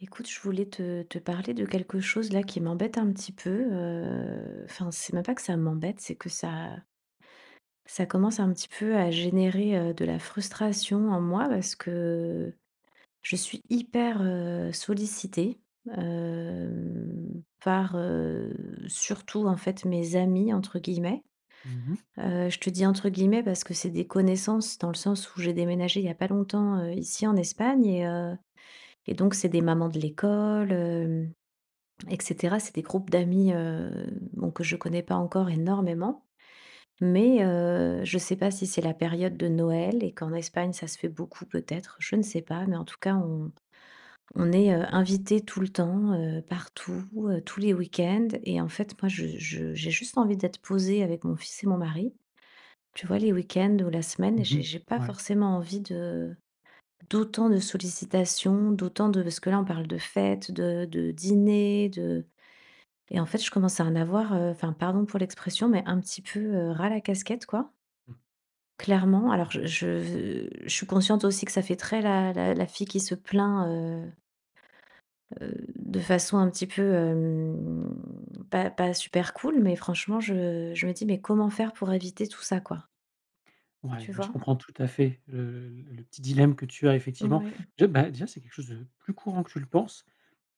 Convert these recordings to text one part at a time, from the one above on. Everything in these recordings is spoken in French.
Écoute, je voulais te parler de quelque chose là qui m'embête un petit peu. Enfin, c'est même pas que ça m'embête, c'est que ça commence un petit peu à générer de la frustration en moi parce que je suis hyper sollicitée euh, par surtout en fait mes amis entre guillemets. Mmh mh. Je te dis entre guillemets parce que c'est des connaissances dans le sens où j'ai déménagé il y a pas longtemps ici en Espagne et donc c'est des mamans de l'école. Et cetera. C'est des groupes d'amis, bon, que je connais pas encore énormément, mais je sais pas si c'est la période de Noël et qu'en Espagne, ça se fait beaucoup peut-être, je ne sais pas, mais en tout cas, on est, invités tout le temps, partout, tous les week-ends. Et en fait, moi, je j'ai juste envie d'être posée avec mon fils et mon mari. Tu vois, les week-ends ou la semaine, Mmh j'ai mh. j'ai pas Ouais. forcément envie de d'autant de sollicitations, d'autant de parce que là, on parle de fêtes, de dîners, de. Et en fait, je commence à en avoir, enfin, pardon pour l'expression, mais un petit peu, ras la casquette, quoi. Mmh. Clairement, alors je suis consciente aussi que ça fait très la fille qui se plaint, de façon un petit peu, pas super cool, mais franchement, je me dis: «Mais comment faire pour éviter tout ça, quoi?» Ouais, Tu mais je vois? comprends tout à fait le petit dilemme que tu as effectivement. Ouais, Déjà, bah, déjà, c'est quelque chose de plus courant que tu le penses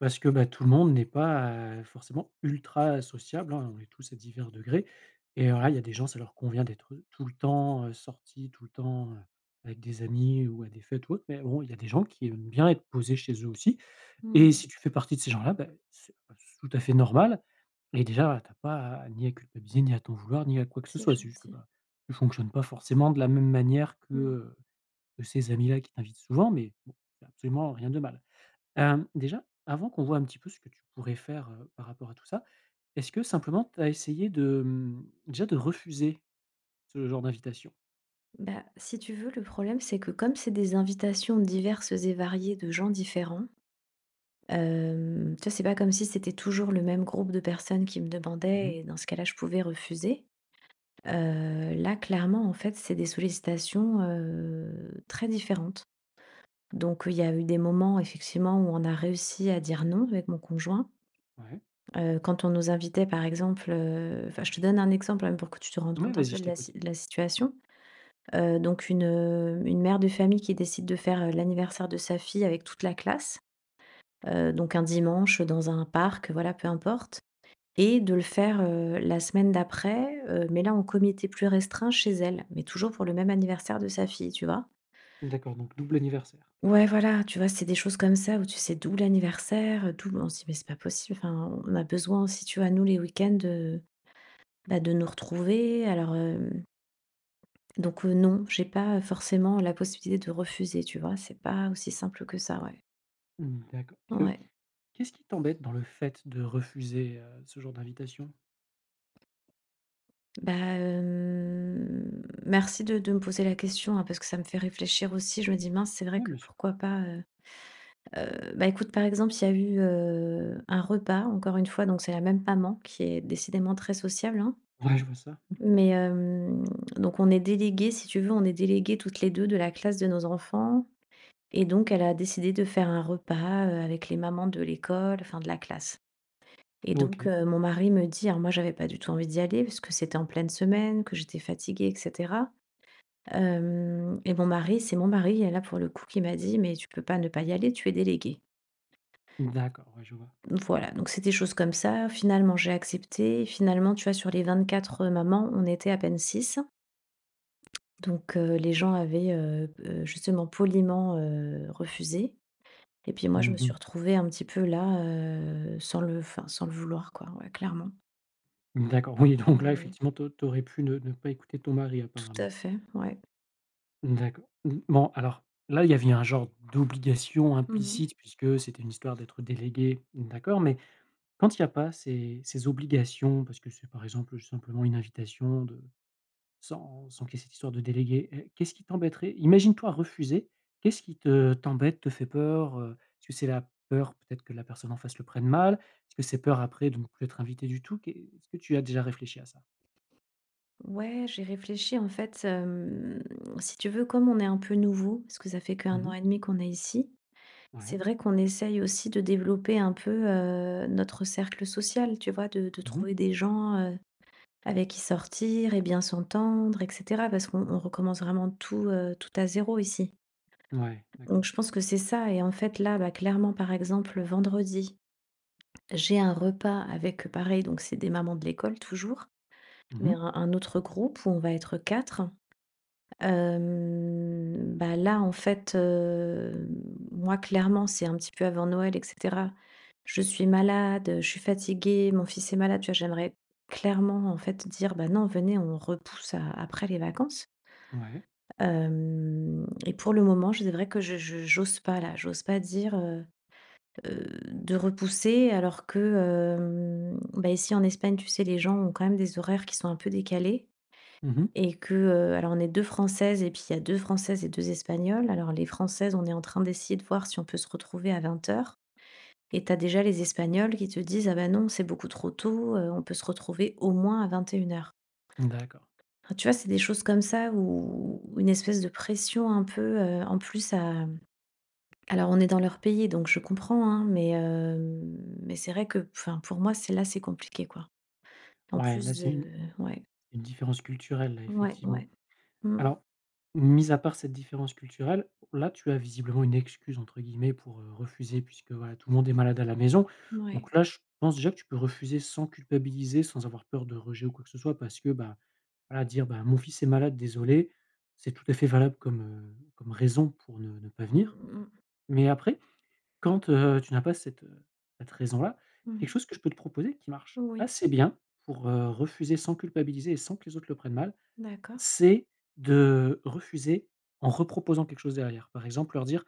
parce que, bah, tout le monde n'est pas, forcément ultra sociable, hein, on est tous à divers degrés et voilà, il y a des gens, ça leur convient d'être, tout le temps, sortis, tout le temps, avec des amis ou à des fêtes ou autre, mais bon, il y a des gens qui aiment bien être posés chez eux aussi. Et mmh, si tu fais partie de ces gens-là, bah, c'est tout à fait normal et déjà, tu as pas à ni à culpabiliser, ni à t'en vouloir, ni à quoi que ce c'est soit. C'est juste que, gentil. bah, tu fonctionnes pas forcément de la même manière que, Mmh. heu, que ces amis-là qui t'invitent souvent, mais bon, c'est absolument rien de mal. Déjà, avant qu'on voit un petit peu ce que tu pourrais faire, par rapport à tout ça, est-ce que simplement tu as essayé de, déjà de refuser ce genre d'invitation? Bah, si tu veux, le problème, c'est que comme c'est des invitations diverses et variées de gens différents. Tu vois, c'est pas comme si c'était toujours le même groupe de personnes qui me demandaient Mmh. et dans ce cas-là, je pouvais refuser. Là, clairement, en fait, c'est des sollicitations, très différentes. Donc, il y a eu des moments, effectivement, où on a réussi à dire non avec mon conjoint. Ouais. Quand on nous invitait, par exemple, enfin, je te donne un exemple, hein, pour que tu te rendes Ouais, compte un vas-y, peu je de la si t'écoute. de la situation. Donc une mère de famille qui décide de faire, l'anniversaire de sa fille avec toute la classe, donc un dimanche, dans un parc, voilà, peu importe. Et de le faire, la semaine d'après, mais là en comité plus restreint chez elle, mais toujours pour le même anniversaire de sa fille, tu vois? D'accord, donc double anniversaire. Ouais, voilà, tu vois, c'est des choses comme ça où tu sais, d'où l'anniversaire, d'où on se dit: «Mais c'est pas possible, enfin, on a besoin aussi, tu vois, nous les week-ends, de bah, de nous retrouver». Alors, donc, non, j'ai pas forcément la possibilité de refuser, tu vois? C'est pas aussi simple que ça, ouais. Mmh, d'accord. Parce que Ouais. Qu'est-ce qui t'embête dans le fait de refuser, ce genre d'invitation? Bah, merci de me poser la question, hein, parce que ça me fait réfléchir aussi. Je me dis: «Mince, c'est vrai Oui, que bien sûr. pourquoi pas, heu». Bah, écoute, par exemple, il y a eu, un repas, encore une fois, donc c'est la même maman qui est décidément très sociable, hein, Ouais, je vois ça. mais donc on est délégués, si tu veux, on est délégués toutes les 2 de la classe de nos enfants. Et donc elle a décidé de faire un repas, avec les mamans de l'école, enfin de la classe. Et donc OK. Mon mari me dit, alors moi, j'avais pas du tout envie d'y aller parce que c'était en pleine semaine, que j'étais fatiguée et cetera, hem et mon mari, c'est mon mari, là, pour le coup, qui m'a dit: «Mais tu peux pas ne pas y aller, tu es déléguée». D'accord, ouais, je vois. Voilà, donc c'est des choses comme ça. Finalement, j'ai accepté. Et finalement, tu vois, sur les 24 mamans, on était à peine six. Donc, les gens avaient justement poliment refusé. Et puis moi, je me suis Mmh. retrouvée un petit peu là, sans le, enfin, sans le vouloir, quoi. Ouais, clairement. D'accord, oui, donc Ouais, là, ouais. effectivement, tu aurais pu ne pas écouter ton mari Tout à apparemment. fait. Ouais. D'accord. Mmh, bon, alors là, il y avait un genre d'obligation Mhm. implicite puisque c'était une histoire d'être délégué, d'accord, mais quand il y a pas ces obligations, parce que c'est, par exemple, simplement une invitation. De Sans sans qu'il y ait cette histoire de délégué, qu'est-ce qui t'embêterait? Imagine-toi refuser, qu'est-ce qui te t'embête, te fait peur? Est-ce que c'est la peur peut-être que la personne en face le prenne mal? Est-ce que c'est peur après de ne plus être invité du tout? Qu'est est-ce que tu as déjà réfléchi à ça? Ouais, j'ai réfléchi en fait, si tu veux, comme on est un peu nouveau, parce que ça fait qu'un an Mmh. et demi qu'on est ici. C'est Ouais. vrai qu'on essaye aussi de développer un peu, notre cercle social, tu vois? De Mmh. trouver des gens, avec qui sortir et bien s'entendre et cetera parce qu'on on recommence vraiment tout, tout à zéro ici. Ouais, Donc d'accord. je pense que c'est ça et en fait là, bah, clairement, par exemple, vendredi, j'ai un repas avec, pareil, donc c'est des mamans de l'école toujours, mais Mmh. un autre groupe où on va être 4. Bah, là, en fait, moi, clairement, c'est un petit peu avant Noël et cetera. Je suis malade, je suis fatiguée, mon fils est malade, tu vois? J'aimerais clairement, en fait, dire: «Bah, non, venez, on repousse à après les vacances». Ouais. Hem Et pour le moment, je c'est vrai que je j'ose pas, là. J'ose pas dire, heu, de repousser alors que, bah, ici, en Espagne, tu sais, les gens ont quand même des horaires qui sont un peu décalés Mmh. et que, alors on est 2 Françaises et puis il y a 2 Françaises et 2 Espagnoles. Alors les Françaises, on est en train d'essayer de voir si on peut se retrouver à 20:00. Et t'as déjà les Espagnoles qui te disent: «Ah bah non, c'est beaucoup trop tôt, on peut se retrouver au moins à 21:00». D'accord. Enfin, tu vois, c'est des choses comme ça où une espèce de pression un peu, en plus à alors on est dans leur pays, donc je comprends, hein, mais mais c'est vrai que, enfin, pour moi, c'est là, c'est compliqué, quoi. En Ouais, plus là, c'est une de ouais, une différence culturelle, là, ouais, effectivement. ouais. Mmh. Alors, mis à part cette différence culturelle, là, tu as visiblement une «excuse» entre guillemets pour, refuser puisque, voilà, tout le monde est malade à la maison. Ouais. Donc là, je pense déjà que tu peux refuser sans culpabiliser, sans avoir peur de rejet ou quoi que ce soit parce que, bah, voilà, dire: «Bah, mon fils est malade, désolé», c'est tout à fait valable comme raison pour ne pas Mmh, venir. mmh Mais après, quand, tu n'as pas cette raison-là, mh. Mmh. quelque chose que je peux te proposer qui marche Oui, assez bien pour, refuser sans culpabiliser et sans que les autres le prennent mal, d'accord. c'est de refuser en reproposant quelque chose derrière. Par exemple, leur dire: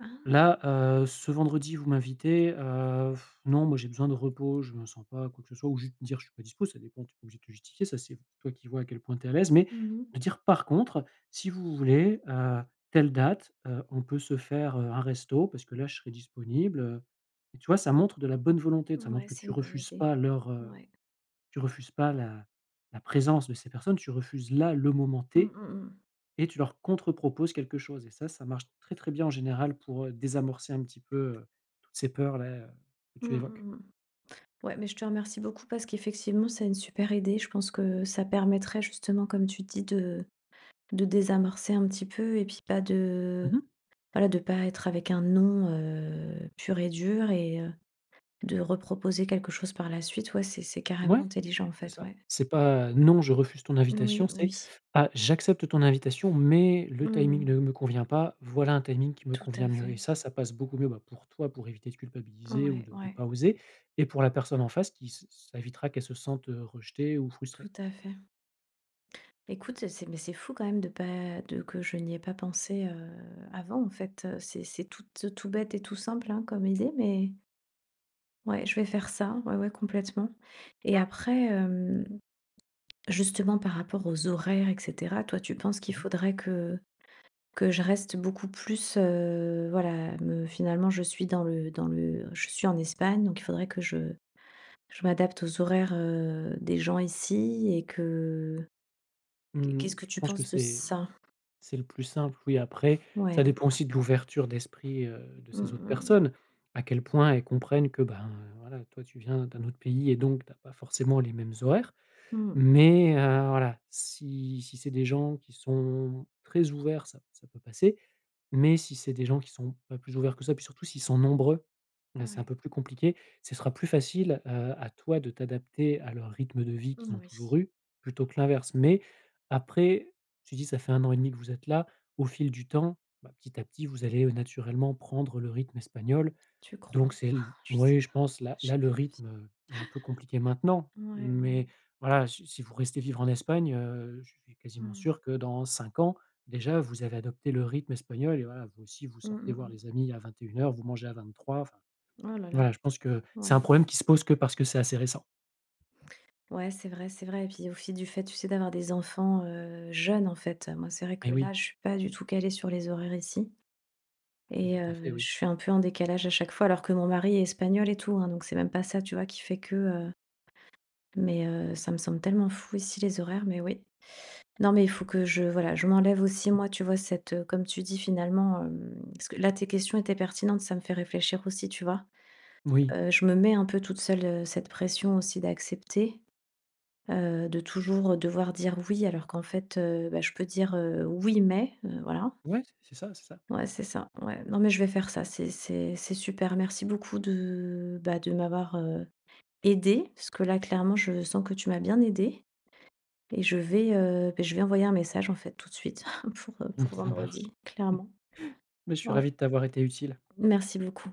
Ah! «Là, ce vendredi, vous m'invitez, non, moi, j'ai besoin de repos, je me sens pas» quoi que ce soit ou juste dire: «Je suis pas dispo», ça dépend, tu es pas obligé de te justifier, ça, c'est toi qui vois à quel point tu es à l'aise, mais Mmh. de dire: «Par contre, si vous voulez, telle date, on peut se faire, un resto parce que là, je serai disponible», et tu vois, ça montre de la bonne volonté, ça montre Ouais, que c'est tu une bonne refuses idée. pas Ouais. tu refuses pas la la présence de ces personnes, tu refuses là, le moment Mmh, T, mmh et tu leur contre-proposes quelque chose et ça marche très, très bien en général pour, désamorcer un petit peu, toutes ces peurs-là, que mh. tu Mmh, évoques. mmh mh. Ouais, mais je te remercie beaucoup parce qu'effectivement, c'est une super idée. Je pense que ça permettrait justement, comme tu dis, de désamorcer un petit peu et puis pas de Mmh. voilà, de pas être avec un nom pur et dur et de reproposer quelque chose par la suite. Ouais, c'est carrément Ouais, intelligent, en c'est fait, ça. ouais. C'est pas: «Non, je refuse ton Oui, invitation», c'est: oui. «Ah, j'accepte ton invitation, mais le timing ne Mhm. me convient pas. Voilà un timing qui me Tout convient à mieux» fait. et ça passe beaucoup mieux, bah, pour toi, pour éviter de culpabiliser ou Ouais, de ouais, pas oser et pour la personne en face, qui s ça évitera qu'elle se sente, rejetée ou frustrée. tout à fait. Écoute, mais c'est fou quand même de pas de que je n'y ai pas pensé, avant en fait, c'est tout, tout bête et tout simple, hein, comme idée, mais ouais, je vais faire ça, ouais, ouais, complètement. Et après, justement par rapport aux horaires et cetera, toi, tu penses qu'il Mmh mh. faudrait que je reste beaucoup plus, voilà, me finalement je suis dans le je suis en Espagne, donc il faudrait que je m'adapte aux horaires, des gens ici et que Mmh, qu'est-ce que je tu pense que penses de c'est ça? C'est le plus simple, oui, après, Ouais. ça dépend aussi de l'ouverture d'esprit, de Mmh ces autres mh, mmh. personnes. À quel point elles comprennent que, ben, voilà, toi, tu viens d'un autre pays et donc tu as pas forcément les mêmes horaires. Mmh. Mais voilà, si c'est des gens qui sont très ouverts, ça peut passer. Mais si c'est des gens qui sont pas plus ouverts que ça, puis surtout s'ils sont nombreux, là, c'est un Ouais. peu plus compliqué. Ce sera plus facile, à toi de t'adapter à leur rythme de vie qu'ils ont Oui. toujours eu, plutôt que l'inverse. Mais après, tu dis ça fait un an et demi que vous êtes là. Au fil du temps, bah, petit à petit, vous allez, naturellement prendre le rythme espagnol Tu donc crois? c'est l Je sais oui, je pas. pense Ah, là j'ai le pas envie. rythme est un peu compliqué maintenant, Ouais, ouais. mais voilà, si vous restez vivre en Espagne, je suis quasiment Mmh. sûr que dans 5 ans, déjà, vous avez adopté le rythme espagnol et voilà, vous aussi, vous Mmh, sortez mmh, voir mmh. les amis à 21 heures vous mangez à 23:00, enfin, Oh là là, voilà, je pense que c'est un ouais. problème qui se pose que parce que c'est assez récent. Ouais, c'est vrai et puis aussi du fait, tu sais, d'avoir des enfants, jeunes, en fait. Moi, c'est vrai que Eh oui, là, je suis pas du tout calée sur les horaires ici tout et à fait, je oui. suis un peu en décalage à chaque fois alors que mon mari est espagnol et tout, hein, donc c'est même pas ça, tu vois, qui fait que, heu, mais ça me semble tellement fou ici les horaires, mais oui. Non, mais il faut que je voilà, je m'enlève aussi moi, tu vois, cette, comme tu dis finalement, parce que là, tes questions étaient pertinentes, ça me fait réfléchir aussi, tu vois? Oui. Je me mets un peu toute seule, cette pression aussi d'accepter, de toujours devoir dire «oui» alors qu'en fait, bah, je peux dire, «Oui, mais», voilà. Ouais, c'est ça, c'est ça. Ouais, c'est ça, ouais. Non, mais je vais faire ça, c'est super. Merci beaucoup de, bah, de m'avoir aidé parce que là, clairement, je sens que tu m'as bien aidée. Et je vais envoyer un message en fait tout de suite pour Ça vendredi, marche. clairement. Mais je suis Ouais. ravi de t'avoir été utile. Merci beaucoup.